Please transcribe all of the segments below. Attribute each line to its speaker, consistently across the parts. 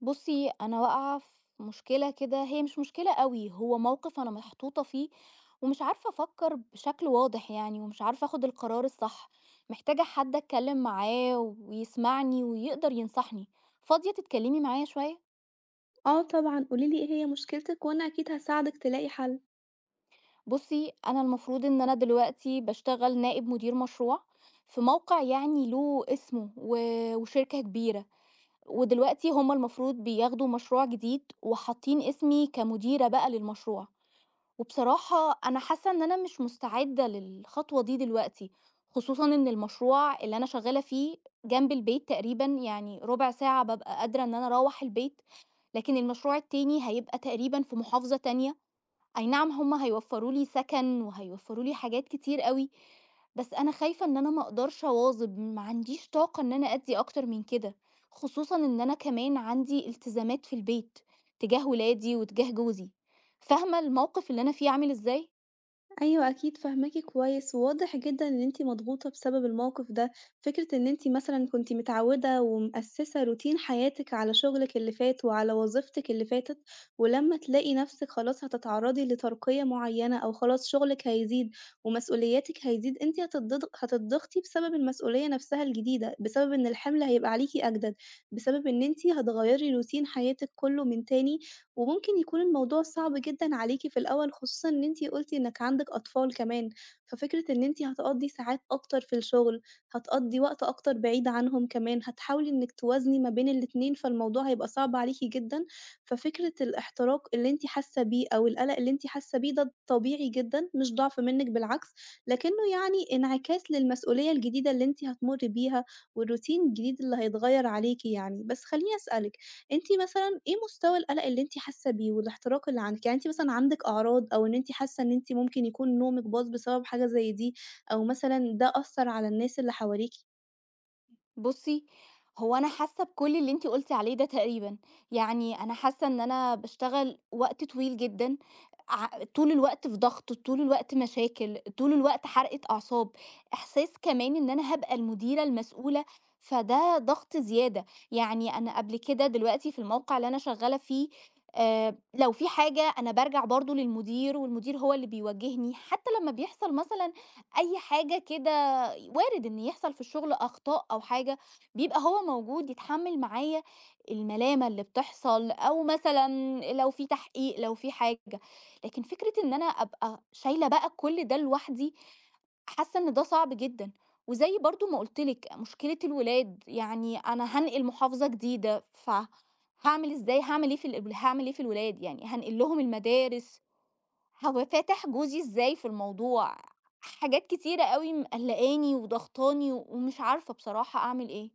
Speaker 1: بُصّي، أنا واقعة في مشكلة كده، هي مش مشكلة أوي، هو موقف أنا محطوطة فيه ومش عارفة أفكّر بشكل واضح يعني ومش عارفة آخُد القرار الصح، محتاجة حد أتكلّم معاه ويسمعني ويقدر ينصحني، فاضية تتكلّمي معايا شوية؟
Speaker 2: آه طبعًا، قولي لي إيه هي مشكلتِك وأنا أكيد هاساعدِك تلاقي حل.
Speaker 1: بُصّي، أنا المفروض إن أنا دلوقتي باشتغل نائب مدير مشروع في موقع يعني له اسمه و وشركة كبيرة، ودلوقتي هم المفروض بياخدوا مشروع جديد وحاطّين اسمي كمديرة بقى للمشروع. وبصراحة أنا حاسة إن أنا مش مستعدة للخطوة دي دلوقتي، خصوصًا إن المشروع اللي أنا شغالة فيه جنب البيت تقريبًا، يعني ربع ساعة بابقى قادرة إن أنا أروّح البيت، لكن المشروع التاني هيبقى تقريبًا في محافظة تانية. أي نعم هم هيوفّروا لي سكن، وهيوفّروا لي حاجات كتير أوي، بس أنا خايفة إن أنا ما أقدرش أواظب، ما عنديش طاقة إن أنا أدّي أكتر من كده، خصوصًا إن أنا كمان عندي التزامات في البيت تجاه ولادي وتجاه جوزي. فاهمة الموقف اللي أنا فيه عامل إزاي؟
Speaker 2: أيوه أكيد فاهماكِ كويس، وواضح جدًا إن أنتِ مضغوطة بسبب الموقف ده، فكرة إن أنتِ مثلًا كنتِ متعودة ومأسسة روتين حياتِك على شغلِك اللي فات وعلى وظيفتِك اللي فاتت، ولمّا تلاقي نفسِك خلاص هتتعرضي لترقية معينة أو خلاص شغلِك هيزيد ومسؤولياتِك هيزيد، أنتِ هتتضغطي بسبب المسؤولية نفسها الجديدة، بسبب إن الحمل هيبقى عليكِ أجدد، بسبب إن أنتِ هتغيّري روتين حياتِك كله من تاني وممكن يكون الموضوع صعب جدًا عليكِ في الأول، خصوصًا إن أنتِ قُلتِ إنِّك عندِك أطفال كمان، ففكرة إن أنتِ هتقضّي ساعات أكتر في الشغل، هتقضّي وقت أكتر بعيد عنهم كمان، هتحاولي إنِّك توازني ما بين الاتنين، فالموضوع هيبقى صعب عليكِ جدًا، ففكرة الاحتراق اللي أنتِ حاسة بيه أو القلق اللي أنتِ حاسة بيه ده طبيعي جدًا، مش ضعف منِّك بالعكس، لكنه يعني انعكاس للمسؤولية الجديدة اللي أنتِ هتمُرّي بيها والروتين الجديد اللي هيتغيّر عليكِ يعني. بس خلّيني أسألِك، أنتِ مثلًا إيه مستوى القلق اللي أنتِ حاسة بيه والاحتراق اللي عندِك؟ يعني أنتِ مثلًا عندِك أعراض أو إن أنتِ حاسة إن أنتِ ممكن يكون نومِك باظ بسبب حاجة زي دي أو مثلًا ده أثّر على الناس اللي حواليكِ؟
Speaker 1: بُصّي، هو أنا حاسة بكل اللي أنتِ قُلتِ عليه ده تقريبًا، يعني أنا حاسة إن أنا باشتغل وقت طويل جدًا، ع طول الوقت في ضغط، طول الوقت مشاكل، طول الوقت حرقة أعصاب، إحساس كمان إن أنا هابقى المديرة المسؤولة، فده ضغط زيادة، يعني أنا قبل كده دلوقتي في الموقع اللي أنا شغالة فيه لو في حاجة أنا بارجع برضه للمدير والمدير هو اللي بيوجّهني، حتى لمّا بيحصل مثلًا أي حاجة كده وارد إن يحصل في الشغل أخطاء أو حاجة، بيبقى هو موجود يتحمّل معايا الملامة اللي بتحصل، أو مثلًا لو في تحقيق، لو في حاجة، لكن فكرة إن أنا أبقى شايلة بقى كل ده لوحدي، حاسة إن ده صعب جدًا، وزي برضه ما قُلت لِك مشكلة الولاد، يعني أنا هانقل محافظة جديدة، فهاعمل إزاي هاعمل إيه في الولاد؟ يعني هانقل لهم المدارس هو فاتح جوزي إزاي في الموضوع، حاجات كتيرة أوي مقلّقاني وضاغطاني ومش عارفة بصراحة أعمل إيه.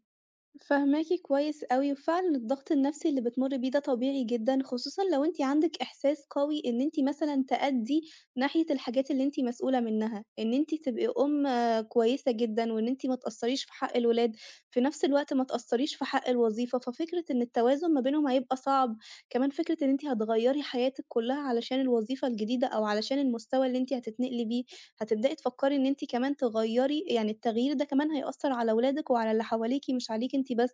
Speaker 2: فاهماكِ كويس أوي، وفعلًا الضغط النفسي اللي بتمُرّي بيه ده طبيعي جدًا، خصوصًا لو أنتِ عندِك إحساس قوي إن أنتِ مثلًا تأدّي ناحية الحاجات اللي أنتِ مسؤولة منها، إن أنتِ تبقي أُم آه، كويسة جدًا، وإن أنتِ ما تقصّريش في حق الولاد، في نفس الوقت ما تقصّريش في حق الوظيفة، ففكرة إن التوازن ما بينهم هيبقى صعب، كمان فكرة إن أنتِ هتغيّري حياتِك كُلّها علشان الوظيفة الجديدة أو علشان المستوى اللي أنتِ هتتنقلي بيه، هتبدئي تفكّري إن أنتِ كمان تغيّري يعني التغيير ده كمان هيأثّر على ولادِك وعلى اللي حواليكِ مش عليكِ أنتِ بس،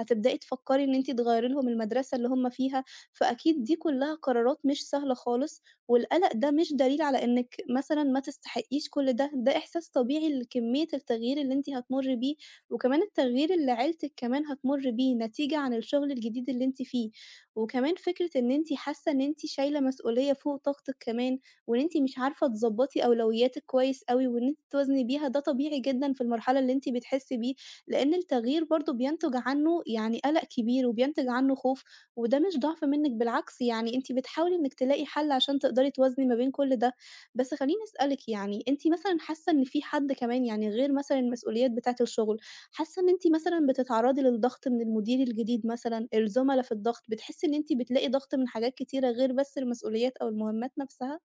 Speaker 2: هتبدئي تفكّري إن أنتِ تغيّري لهم المدرسة اللي هم فيها، فأكيد دي كلّها قرارات مش سهلة خالص، والقلق ده مش دليل على إنِّك مثلًا ما تستحقيش كل ده، ده إحساس طبيعي لكمية التغيير اللي أنتِ هتمُرّي بيه، وكمان التغيير اللي عيلتِك كمان هتمُر بيه نتيجة عن الشغل الجديد اللي أنتِ فيه، وكمان فكرة إن أنتِ حاسة إن أنتِ شايلة مسؤولية فوق طاقتِك كمان، وإن أنتِ مش عارفة تضبّطي أولوياتِك كويس أوي وإن أنتِ توازني بيها، ده طبيعي جدًا في المرحلة اللي أنتِ بتحسّي بيه، لإن التغيير برضه بينتج عنّه يعني قَلَق كبير وبينتج عنّه خوف، وده مش ضعف منِّك بالعكس، يعني أنتِ بتحاولي إنِّك تلاقي حَل عشان تقدري توازني ما بين كل ده. بس خلّيني أسألِك يعني أنتِ مثلًا حاسّة إن في حد كمان يعني غير مثلًا المسؤوليات بتاعة الشغل، حاسّة إن أنتِ مثلًا بتتعرّضي للضغط من المدير الجديد مثلًا، الزُملا في الضغط، بتحسّي إن أنتِ بتلاقي ضغط من حاجات كتيرة غير بس المسؤوليات أو المهمّات نَفْسها؟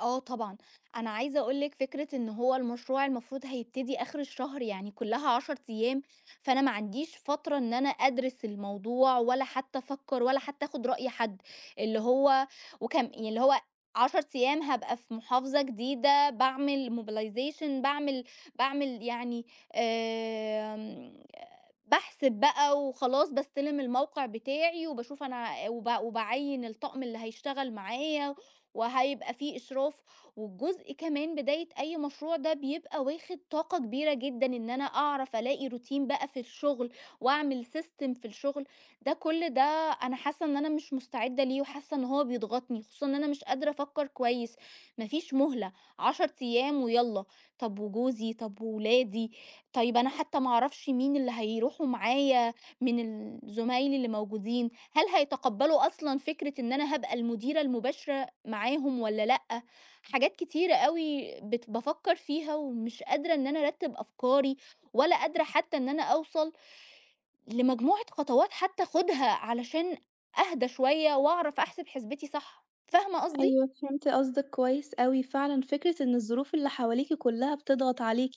Speaker 1: آه طبعًا، أنا عايزة أقول لِك فكرة إن هو المشروع المفروض هيبتدي آخر الشهر يعني كلّها 10 أيام، فأنا ما عنديش فترة إن أنا أدرس الموضوع ولا حتى أفكّر ولا حتى آخُد رأي حد، اللي هو وكم يعني اللي هو 10 أيام هابقى في محافظة جديدة باعمل mobilization باعمل باعمل يعني آمم باحسب بقى وخلاص باستلم الموقع بتاعي وباشوف أنا وباعيّن الطقم اللي هيشتغل معايا وهيبقى فيه إشراف، والجزء كمان بداية أي مشروع ده بيبقى واخد طاقة كبيرة جدًا إن أنا أعرف ألاقي روتين بقى في الشغل، وأعمل system في الشغل، ده كل ده أنا حاسة إن أنا مش مستعدة ليه، وحاسة إن هو بيضغطني، خصوصًا إن أنا مش قادرة أفكر كويس، ما فيش مهلة، 10 أيام ويالّا، طب وجوزي، طب وولادي، طيب أنا حتى ما أعرفش مين اللي هيروحوا معايا من ال زمايلي اللي موجودين، هل هيتقبلوا أصلًا فكرة إن أنا هابقى المديرة المباشرة معاهم والّا لأ، حاجات كتيرة أوي بافكّر فيها ومش قادرة إن أنا أرتّب أفكاري، ولا قادرة حتى إن أنا أوصل لمجموعة خطوات حتى آخُدها علشان أهدى شوية وأعرف أحسب حسبتي صح، فاهمة قصدي؟
Speaker 2: أيوه فهمت قصدِك كويس أوي، فعلًا فكرة إن الظروف اللي حواليكِ كلها بتضغط عليكِ،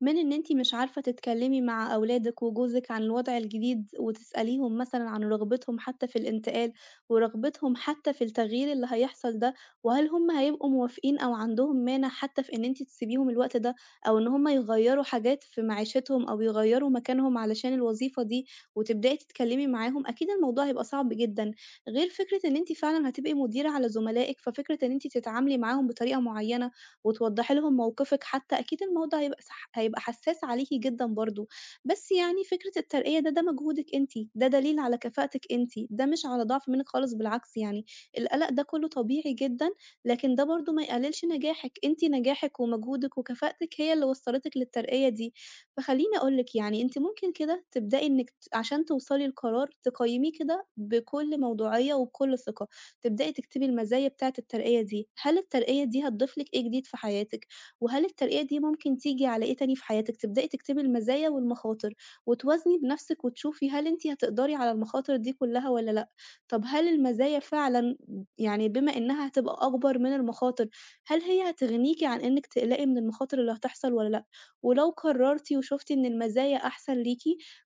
Speaker 2: من إن أنتِ مش عارفة تتكلمي مع أولادِك وجوزِك عن الوضع الجديد، وتسأليهم مثلًا عن رغبتهم حتى في الانتقال، ورغبتهم حتى في التغيير اللي هيحصل ده، وهل هُم هيبقوا موافقين أو عندهم مانع حتى في إن أنتِ تسيبيهم الوقت ده، أو إن هُم يغيّروا حاجات في معيشتهم أو يغيّروا مكانهم علشان الوظيفة دي، وتبدئي تتكلمي معاهم، أكيد الموضوع هيبقى صعب جدًا. غير فكرة إن أنتِ فعلًا هتبقي مديرة على زملائِك، ففكرة إن أنتِ تتعاملي معاهم بطريقة معيّنة وتوضّحي لهم موقفِك حتى، أكيد الموضوع هيبقى حساس عليكِ جدًا برضه. بس يعني فكرة الترقية ده مجهودِك أنتِ، ده دليل على كفاءتِك أنتِ، ده مش على ضعف منِّك خالص بالعكس يعني، القلق ده كلّه طبيعي جدًا، لكن ده برضه ما يقللش نجاحِك، أنتِ نجاحِك ومجهودِك وكفاءتِك هي اللي وصّلتِك للترقية دي. فخلّيني أقول لِك يعني أنتِ ممكن كده تبدئي إنِّك ت عشان توصلي لقرار تقيّميه كده بكل موضوعية وبكل ثقة، تبدئي تكتبي المزايا بتاعة الترقية دي، هل الترقية دي هتضيف لِك إيه جديد في حياتِك، وهل الترقية دي ممكن تيجي على إيه تاني في حياتِك، تبدئي تكتبي المزايا والمخاطر، وتوازني بنفْسِك وتشوفي هل أنتِ هتقدري على المخاطر دي كلّها والّا لأ، طب هل المزايا فعلًا يعني بما إنها هتبقى أكبر من المخاطر، هل هي هتغنيكِ عن إنِّك تقلقي من المخاطر اللي هتحصل والّا لأ؟ ولو قررتِ وشُفتِ إن المزايا أحسن ليكِ،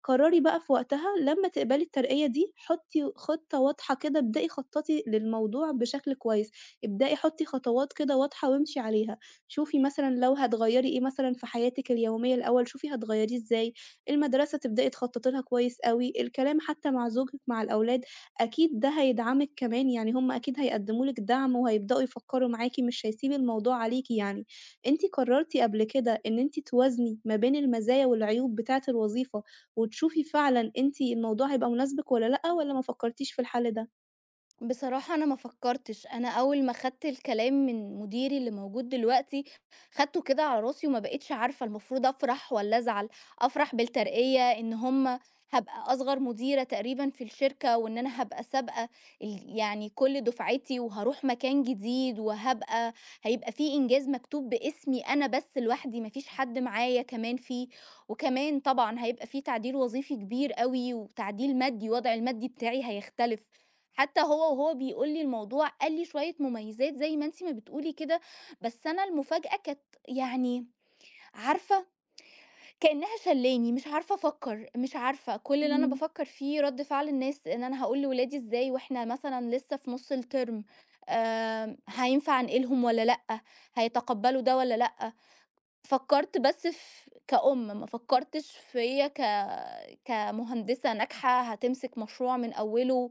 Speaker 2: قرّري بقى في وقتها لمّا تقبلي الترقية دي حُطّي خطة واضحة كده، ابدئي خطّطي للموضوع بشكل كويس، ابدئي حُطّي خطوات كده واضحة وامشي عليها، شوفي مثلًا لو هتغيّري إيه مثلًا في حياتِك اليومية الأول، شوفي هتغيّريه إزاي، المدرسة تبدئي تخطّطي لها كويس أوي، الكلام حتى مع زوجِك مع الأولاد، أكيد ده هيدعمِك كمان، يعني هُم أكيد هيقدّموا لِك دعم وهيبدؤوا يفكّروا معاكِ، مش هيسيب الموضوع عليكِ يعني. أنتِ قررتِ قبل كده إن أنتِ توازني ما بين المزايا والعيوب بتاعة الوظيفة، وتشوفي فعلًا أنتِ الموضوع هيبقى مناسبِك والّا لأ، والّا ما فكرتيش في الحل ده؟
Speaker 1: بصراحة أنا ما فكرتش، أنا أول ما خدت الكلام من مديري اللي موجود دلوقتي، خدته كده على راسي وما بقيتش عارفة المفروض أفرح والّا أزعل، أفرح بالترقية إن هم هابقى أصغر مديرة تقريبًا في الشركة، وإن أنا هابقى سابقة يعني كل دفعتي، وهاروح مكان جديد، هيبقى في إنجاز مكتوب باسمي أنا بس لوحدي، ما فيش حد معايا كمان فيه، وكمان طبعًا هيبقى في تعديل وظيفي كبير أوي، وتعديل مادي، الوضع المادي بتاعي هيختلف. حتى هو بيقول لي الموضوع قال لي شوية مميزات زي ما انتي ما بتقولي كده بس أنا المفاجأة كانت يعني عارفة كأنها شلاني مش عارفة أفكر مش عارفة كل اللي أنا
Speaker 2: إمم،
Speaker 1: بفكر فيه رد فعل الناس إن أنا هقول لولادي إزاي وإحنا مثلا لسه في نص الترم هينفع أنقلهم ولا لأ هيتقبلوا ده ولا لأ فكرت بس في كأم ما فكرتش فيا كمهندسة ناجحة هتمسك مشروع من أوله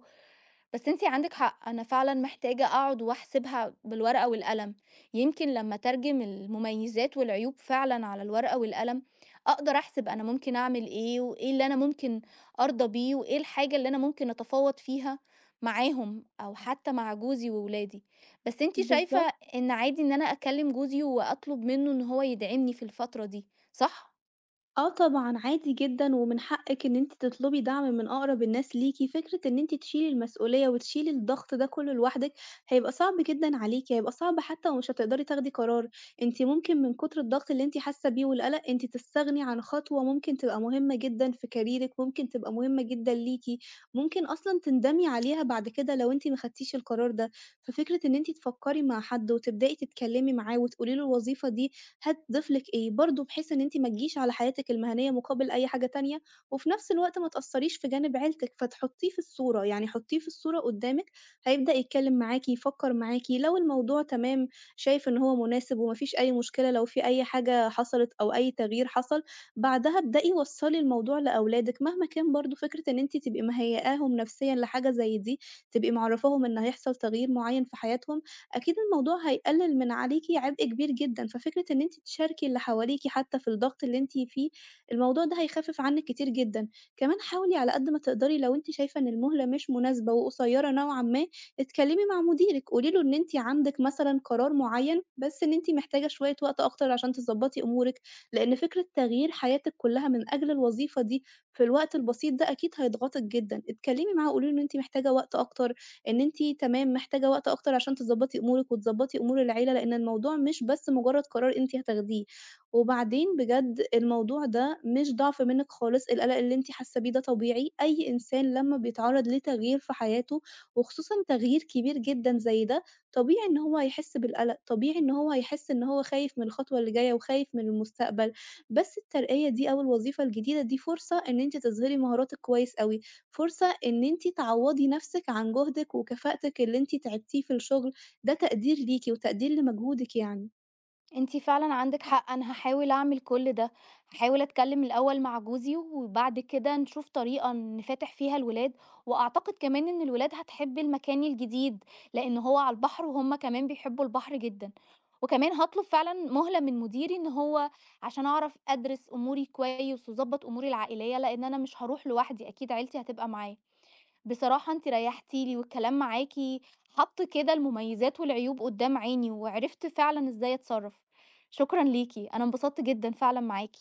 Speaker 1: بس أنتِ عندِك حق، أنا فعلًا محتاجة أقعد وأحسبها بالورقة والقلم، يمكن لمّا أترجم المميزات والعيوب فعلًا على الورقة والقلم، أقدر أحسب أنا ممكن أعمل إيه، وإيه اللي أنا ممكن أرضى بيه، وإيه الحاجة اللي أنا ممكن أتفاوض فيها معاهم أو حتى مع جوزي وولادي. بس أنتِ شايفة
Speaker 2: بالضبط.
Speaker 1: إن عادي إن أنا أكلم جوزي وأطلب منه إن هو يدعمني في الفترة دي، صح؟
Speaker 2: آه طبعًا، عادي جدًا ومن حقِّك إن أنتِ تطلبي دعم من أقرب الناس ليكِ، فكرة إن أنتِ تشيلي المسؤولية وتشيلي الضغط ده كلّه لوحدِك هيبقى صعب جدًا عليكِ، هيبقى صعب حتى ومش هتقدري تاخدي قرار، أنتِ ممكن من كتر الضغط اللي أنتِ حاسة بيه والقلق أنتِ تستغني عن خطوة ممكن تبقى مهمة جدًا في كاريرِك، ممكن تبقى مهمة جدًا ليكِ، ممكن أصلًا تندمي عليها بعد كده لو أنتِ ما خدتيش القرار ده، ففكرة إن أنتِ تفكّري مع حد وتبدئي تتكلمي معاه وتقولي له الوظيفة دي هتضيف لِك إيه، برضه بحيث إن أنتِ ما تجيش على حياتِك المهنية مقابل أي حاجة تانية، وفي نفس الوقت ما تأثّريش في جانب عيلتِك، فتحطيه في الصورة، يعني حطيه في الصورة قدّامِك، هيبدأ يتكلّم معاكِ، يفكّر معاكِ، لو الموضوع تمام شايف إن هو مناسب وما فيش أي مشكلة، لو في أي حاجة حصلت أو أي تغيير حصل، بعدها ابدئي وصّلي الموضوع لأولادِك، مهما كان برضه فكرة إن أنتِ تبقي مهيّئاهم نفسيًا لحاجة زي دي، تبقي معرّفاهم إن هيحصل تغيير معيّن في حياتهم. أكيد الموضوع هيقلل من عليكِ عبء كبير جدًا، ففكرة إن أنتِ تشاركي اللي حواليكِ حتى في الضغط اللي أنتِ فيه، الموضوع ده هيخفف عنِك كتير جدًا. كمان حاولي على قد ما تقدري لو أنتِ شايفة إن المهلة مش مناسبة وقصيرة نوعًا ما، اتكلمي مع مديرِك، قولي له إن أنتِ عندِك مثلًا قرار معين، بس إن أنتِ محتاجة شوية وقت أكتر عشان تضبطي أمورِك، لأن فكرة تغيير حياتِك كلها من أجل الوظيفة دي في الوقت البسيط ده أكيد هيضغطِك جدًا. اتكلمي معاه، قولي له إن أنتِ محتاجة وقت أكتر، إن أنتِ تمام محتاجة وقت أكتر عشان تضبّطي أمورِك وتضبّطي أمور العيلة، لإن الموضوع مش بس مجرّد قرار أنتِ هتاخديه. وبعدين بجد الموضوع ده مش ضعف منِّك خالص، القلق اللي أنتِ حاسة بيه ده طبيعي، أي إنسان لمّا بيتعرّض لتغيير في حياته وخصوصًا تغيير كبير جدًا زي ده، طبيعي إن هو هيحس بالقلق، طبيعي إن هو هيحس إن هو خايف من الخطوة اللي جاية وخايف من المستقبل، بس الترقية دي أو الوظيفة الجديدة دي فرصة إن أنتِ تظهري مهاراتِك كويس أوي. فرصة إن أنتِ تعوّضي نَفْسِك عن جهدِك وكفاءتِك اللي أنتِ تعبتيه في الشغل، ده تقدير ليكِ وتقدير لمجهودِك يعني.
Speaker 1: أنتِ فعلًا عندِك حق، أنا هاحاول أعمل كل ده، هاحاول أتكلم الأول مع جوزي، وبعد كده نشوف طريقة نفاتح فيها الولاد، وأعتقد كمان إن الولاد هتحب المكان الجديد، لأن هو على البحر وهُم كمان بيحبوا البحر جدًا، وكمان هاطلب فعلًا مهلة من مديري إن هو عشان أعرف أدرس أموري كويس وأضبط أموري العائلية، لأن أنا مش هاروح لوحدي، أكيد عيلتي هتبقى معايا. بصراحة أنتِ ريحتِ لي، والكلام معاكِ حَط كده المميزات والعيوب قدّام عيني، وعرفت فعلًا إزاي أتصرّف. شكرًا ليكِ، أنا انبسطت جدًا فعلًا معاكِ.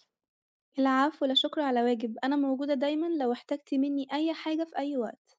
Speaker 2: العفو، لا شكر على واجب، أنا موجودة دايمًا لو احتجتِ منّي أي حاجة في أي وقت.